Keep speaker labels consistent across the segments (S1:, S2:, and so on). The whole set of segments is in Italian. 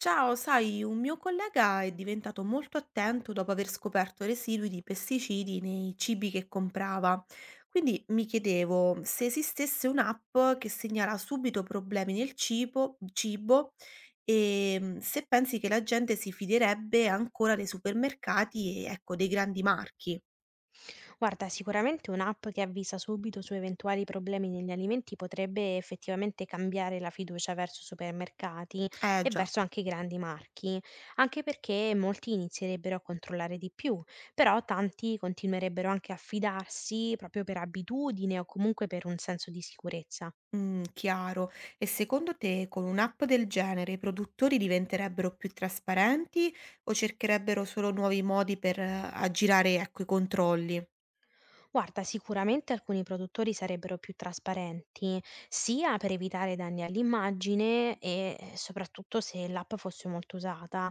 S1: Ciao, sai, un mio collega è diventato molto attento dopo aver scoperto residui di pesticidi nei cibi che comprava. Quindi mi chiedevo se esistesse un'app che segnala subito problemi nel cibo e se pensi che la gente si fiderebbe ancora dei supermercati e ecco, dei grandi marchi.
S2: Guarda, sicuramente un'app che avvisa subito su eventuali problemi negli alimenti potrebbe effettivamente cambiare la fiducia verso supermercati
S1: Eh
S2: e
S1: già.
S2: verso anche i grandi marchi, anche perché molti inizierebbero a controllare di più, però tanti continuerebbero anche a fidarsi proprio per abitudine o comunque per un senso di sicurezza.
S1: Chiaro. E secondo te con un'app del genere i produttori diventerebbero più trasparenti o cercherebbero solo nuovi modi per aggirare, ecco, i controlli?
S2: Guarda, sicuramente alcuni produttori sarebbero più trasparenti, sia per evitare danni all'immagine e soprattutto se l'app fosse molto usata.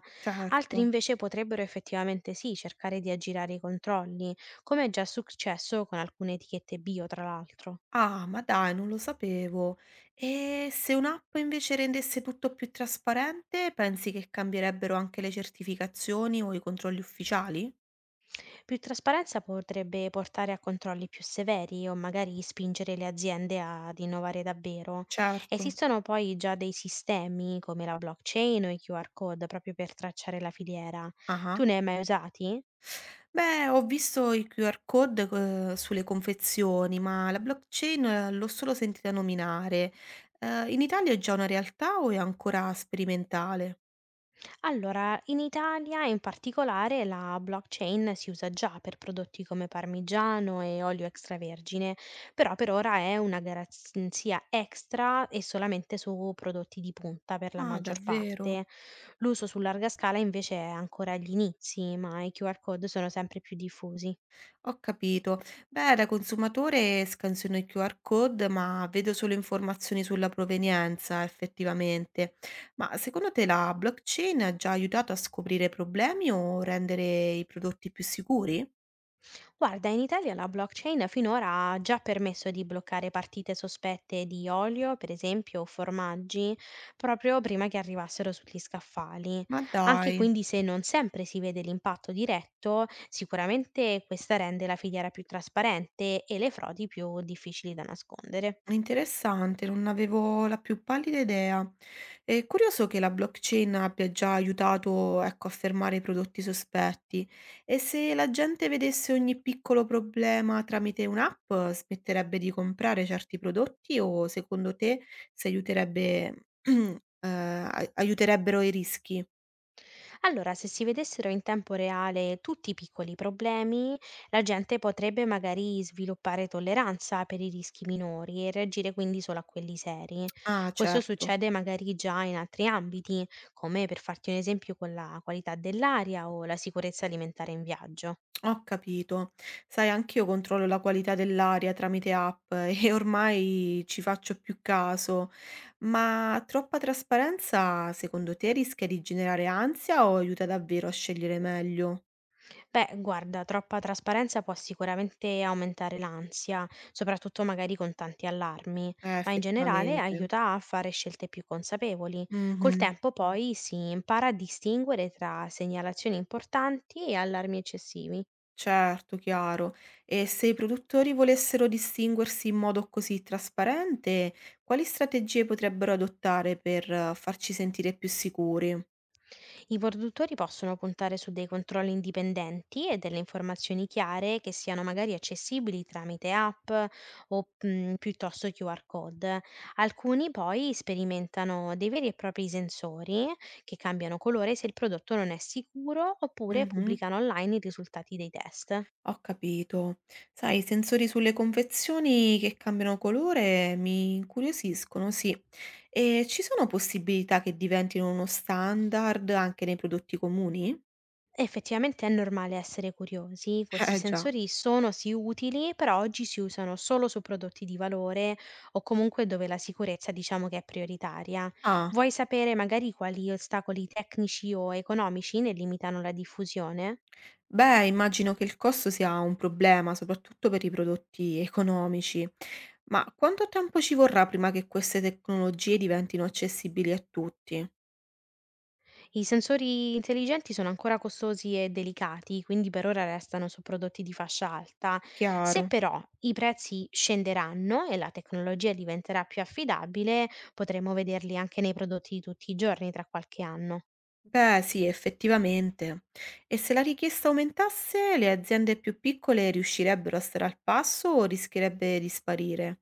S2: Altri
S1: Certo.
S2: invece potrebbero effettivamente sì, cercare di aggirare i controlli, come è già successo con alcune etichette bio, tra l'altro.
S1: Ah, ma dai, non lo sapevo. E se un'app invece rendesse tutto più trasparente, pensi che cambierebbero anche le certificazioni o i controlli ufficiali?
S2: Più trasparenza potrebbe portare a controlli più severi o magari spingere le aziende ad innovare davvero.
S1: Certo.
S2: Esistono poi già dei sistemi come la blockchain o i QR code proprio per tracciare la filiera. Tu
S1: Ah-ah.
S2: ne hai mai usati?
S1: Beh, ho visto i QR code, sulle confezioni, ma la blockchain l'ho solo sentita nominare. In Italia è già una realtà o è ancora sperimentale?
S2: Allora, in Italia in particolare la blockchain si usa già per prodotti come parmigiano e olio extravergine, però per ora è una garanzia extra e solamente su prodotti di punta per la
S1: Ah,
S2: maggior
S1: davvero?
S2: parte. L'uso su larga scala invece è ancora agli inizi, ma i QR code sono sempre più diffusi.
S1: Ho capito. Beh, da consumatore scansiono il QR code, ma vedo solo informazioni sulla provenienza, effettivamente. Ma secondo te la blockchain ha già aiutato a scoprire problemi o rendere i prodotti più sicuri?
S2: Guarda, in Italia la blockchain finora ha già permesso di bloccare partite sospette di olio, per esempio, o formaggi, proprio prima che arrivassero sugli scaffali.
S1: Ma
S2: Anche
S1: dai.
S2: quindi se non sempre si vede l'impatto diretto, sicuramente questa rende la filiera più trasparente e le frodi più difficili da nascondere.
S1: Interessante, non avevo la più pallida idea. È curioso che la blockchain abbia già aiutato, ecco, a fermare i prodotti sospetti. E se la gente vedesse ogni piccolo problema tramite un'app, smetterebbe di comprare certi prodotti o secondo te si aiuterebbe, aiuterebbero i rischi?
S2: Allora, se si vedessero in tempo reale tutti i piccoli problemi, la gente potrebbe magari sviluppare tolleranza per i rischi minori e reagire quindi solo a quelli seri.
S1: Ah,
S2: Questo
S1: certo.
S2: succede magari già in altri ambiti, come per farti un esempio con la qualità dell'aria o la sicurezza alimentare in viaggio.
S1: Ho capito. Sai, anch'io controllo la qualità dell'aria tramite app e ormai ci faccio più caso. Ma troppa trasparenza, secondo te, rischia di generare ansia o aiuta davvero a scegliere meglio?
S2: Beh, guarda, troppa trasparenza può sicuramente aumentare l'ansia, soprattutto magari con tanti allarmi, ma in generale
S1: Effettivamente.
S2: aiuta a fare scelte più consapevoli. Col
S1: Mhm,
S2: tempo poi si impara a distinguere tra segnalazioni importanti e allarmi eccessivi.
S1: certo, chiaro. E se i produttori volessero distinguersi in modo così trasparente, quali strategie potrebbero adottare per farci sentire più sicuri?
S2: I produttori possono puntare su dei controlli indipendenti e delle informazioni chiare che siano magari accessibili tramite app o piuttosto QR code. Alcuni poi sperimentano dei veri e propri sensori che cambiano colore se il prodotto non è sicuro oppure pubblicano online i risultati dei test.
S1: Ho capito. Sai, i sensori sulle confezioni che cambiano colore mi incuriosiscono, sì. E ci sono possibilità che diventino uno standard anche nei prodotti comuni?
S2: Effettivamente è normale essere curiosi, questi
S1: Eh già.
S2: sensori sono sì utili, però oggi si usano solo su prodotti di valore o comunque dove la sicurezza diciamo che è prioritaria.
S1: Ah,
S2: Vuoi sapere magari quali ostacoli tecnici o economici ne limitano la diffusione?
S1: beh, immagino che il costo sia un problema, soprattutto per i prodotti economici. Ma quanto tempo ci vorrà prima che queste tecnologie diventino accessibili a tutti?
S2: I sensori intelligenti sono ancora costosi e delicati, quindi per ora restano su prodotti di fascia alta. Se
S1: Chiaro.
S2: però i prezzi scenderanno e la tecnologia diventerà più affidabile, potremo vederli anche nei prodotti di tutti i giorni tra qualche anno.
S1: Beh, sì, effettivamente. E se la richiesta aumentasse, le aziende più piccole riuscirebbero a stare al passo o rischierebbe di sparire?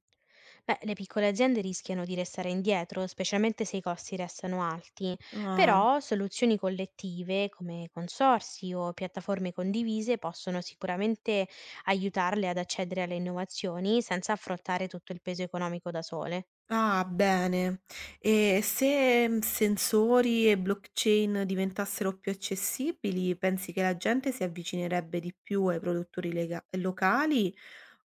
S2: Beh, le piccole aziende rischiano di restare indietro, specialmente se i costi restano alti,
S1: Ah,
S2: però soluzioni collettive come consorsi o piattaforme condivise possono sicuramente aiutarle ad accedere alle innovazioni senza affrontare tutto il peso economico da sole.
S1: ah, bene. E se sensori e blockchain diventassero più accessibili, pensi che la gente si avvicinerebbe di più ai locali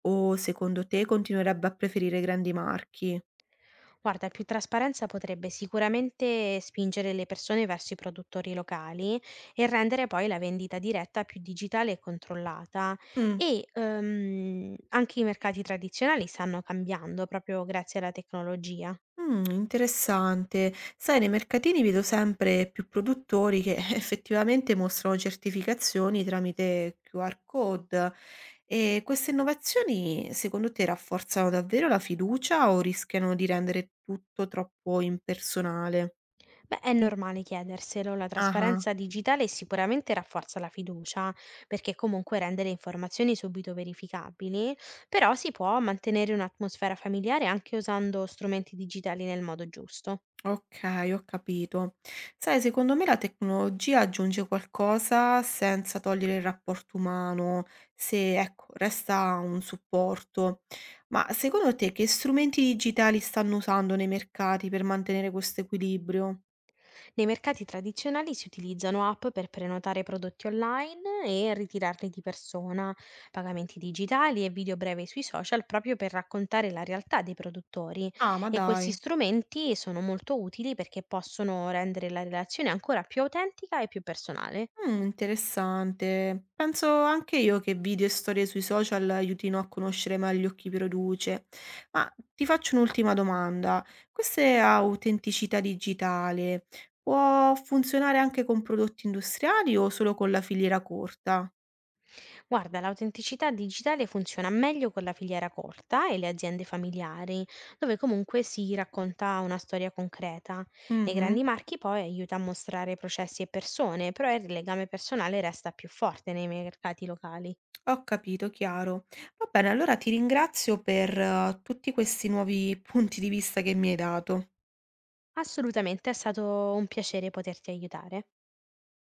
S1: o secondo te continuerebbe a preferire grandi marchi?
S2: Guarda, più trasparenza potrebbe sicuramente spingere le persone verso i produttori locali e rendere poi la vendita diretta più digitale e controllata.
S1: Mm.
S2: E anche i mercati tradizionali stanno cambiando proprio grazie alla tecnologia.
S1: Interessante. Sai, nei mercatini vedo sempre più produttori che effettivamente mostrano certificazioni tramite QR code. E queste innovazioni, secondo te, rafforzano davvero la fiducia o rischiano di rendere tutto troppo impersonale?
S2: Beh, è normale chiederselo, la
S1: Ah-ah.
S2: trasparenza digitale sicuramente rafforza la fiducia, perché comunque rende le informazioni subito verificabili, però si può mantenere un'atmosfera familiare anche usando strumenti digitali nel modo giusto.
S1: Okay, ho capito. Sai, secondo me la tecnologia aggiunge qualcosa senza togliere il rapporto umano, se ecco, resta un supporto. Ma secondo te che strumenti digitali stanno usando nei mercati per mantenere questo equilibrio?
S2: Nei mercati tradizionali si utilizzano app per prenotare prodotti online e ritirarli di persona, pagamenti digitali e video brevi sui social proprio per raccontare la realtà dei produttori
S1: Ah, ma
S2: e questi
S1: dai.
S2: strumenti sono molto utili perché possono rendere la relazione ancora più autentica e più personale.
S1: Interessante. Penso anche io che video e storie sui social aiutino a conoscere meglio chi produce. Ma ti faccio un'ultima domanda. Questa autenticità digitale può funzionare anche con prodotti industriali o solo con la filiera corta?
S2: Guarda, l'autenticità digitale funziona meglio con la filiera corta e le aziende familiari, dove comunque si racconta una storia concreta. Nei
S1: Mh-mh.
S2: grandi marchi poi aiuta a mostrare processi e persone, però il legame personale resta più forte nei mercati locali.
S1: Ho capito, chiaro. Va bene, allora ti ringrazio per tutti questi nuovi punti di vista che mi hai dato.
S2: Assolutamente è stato un piacere poterti aiutare.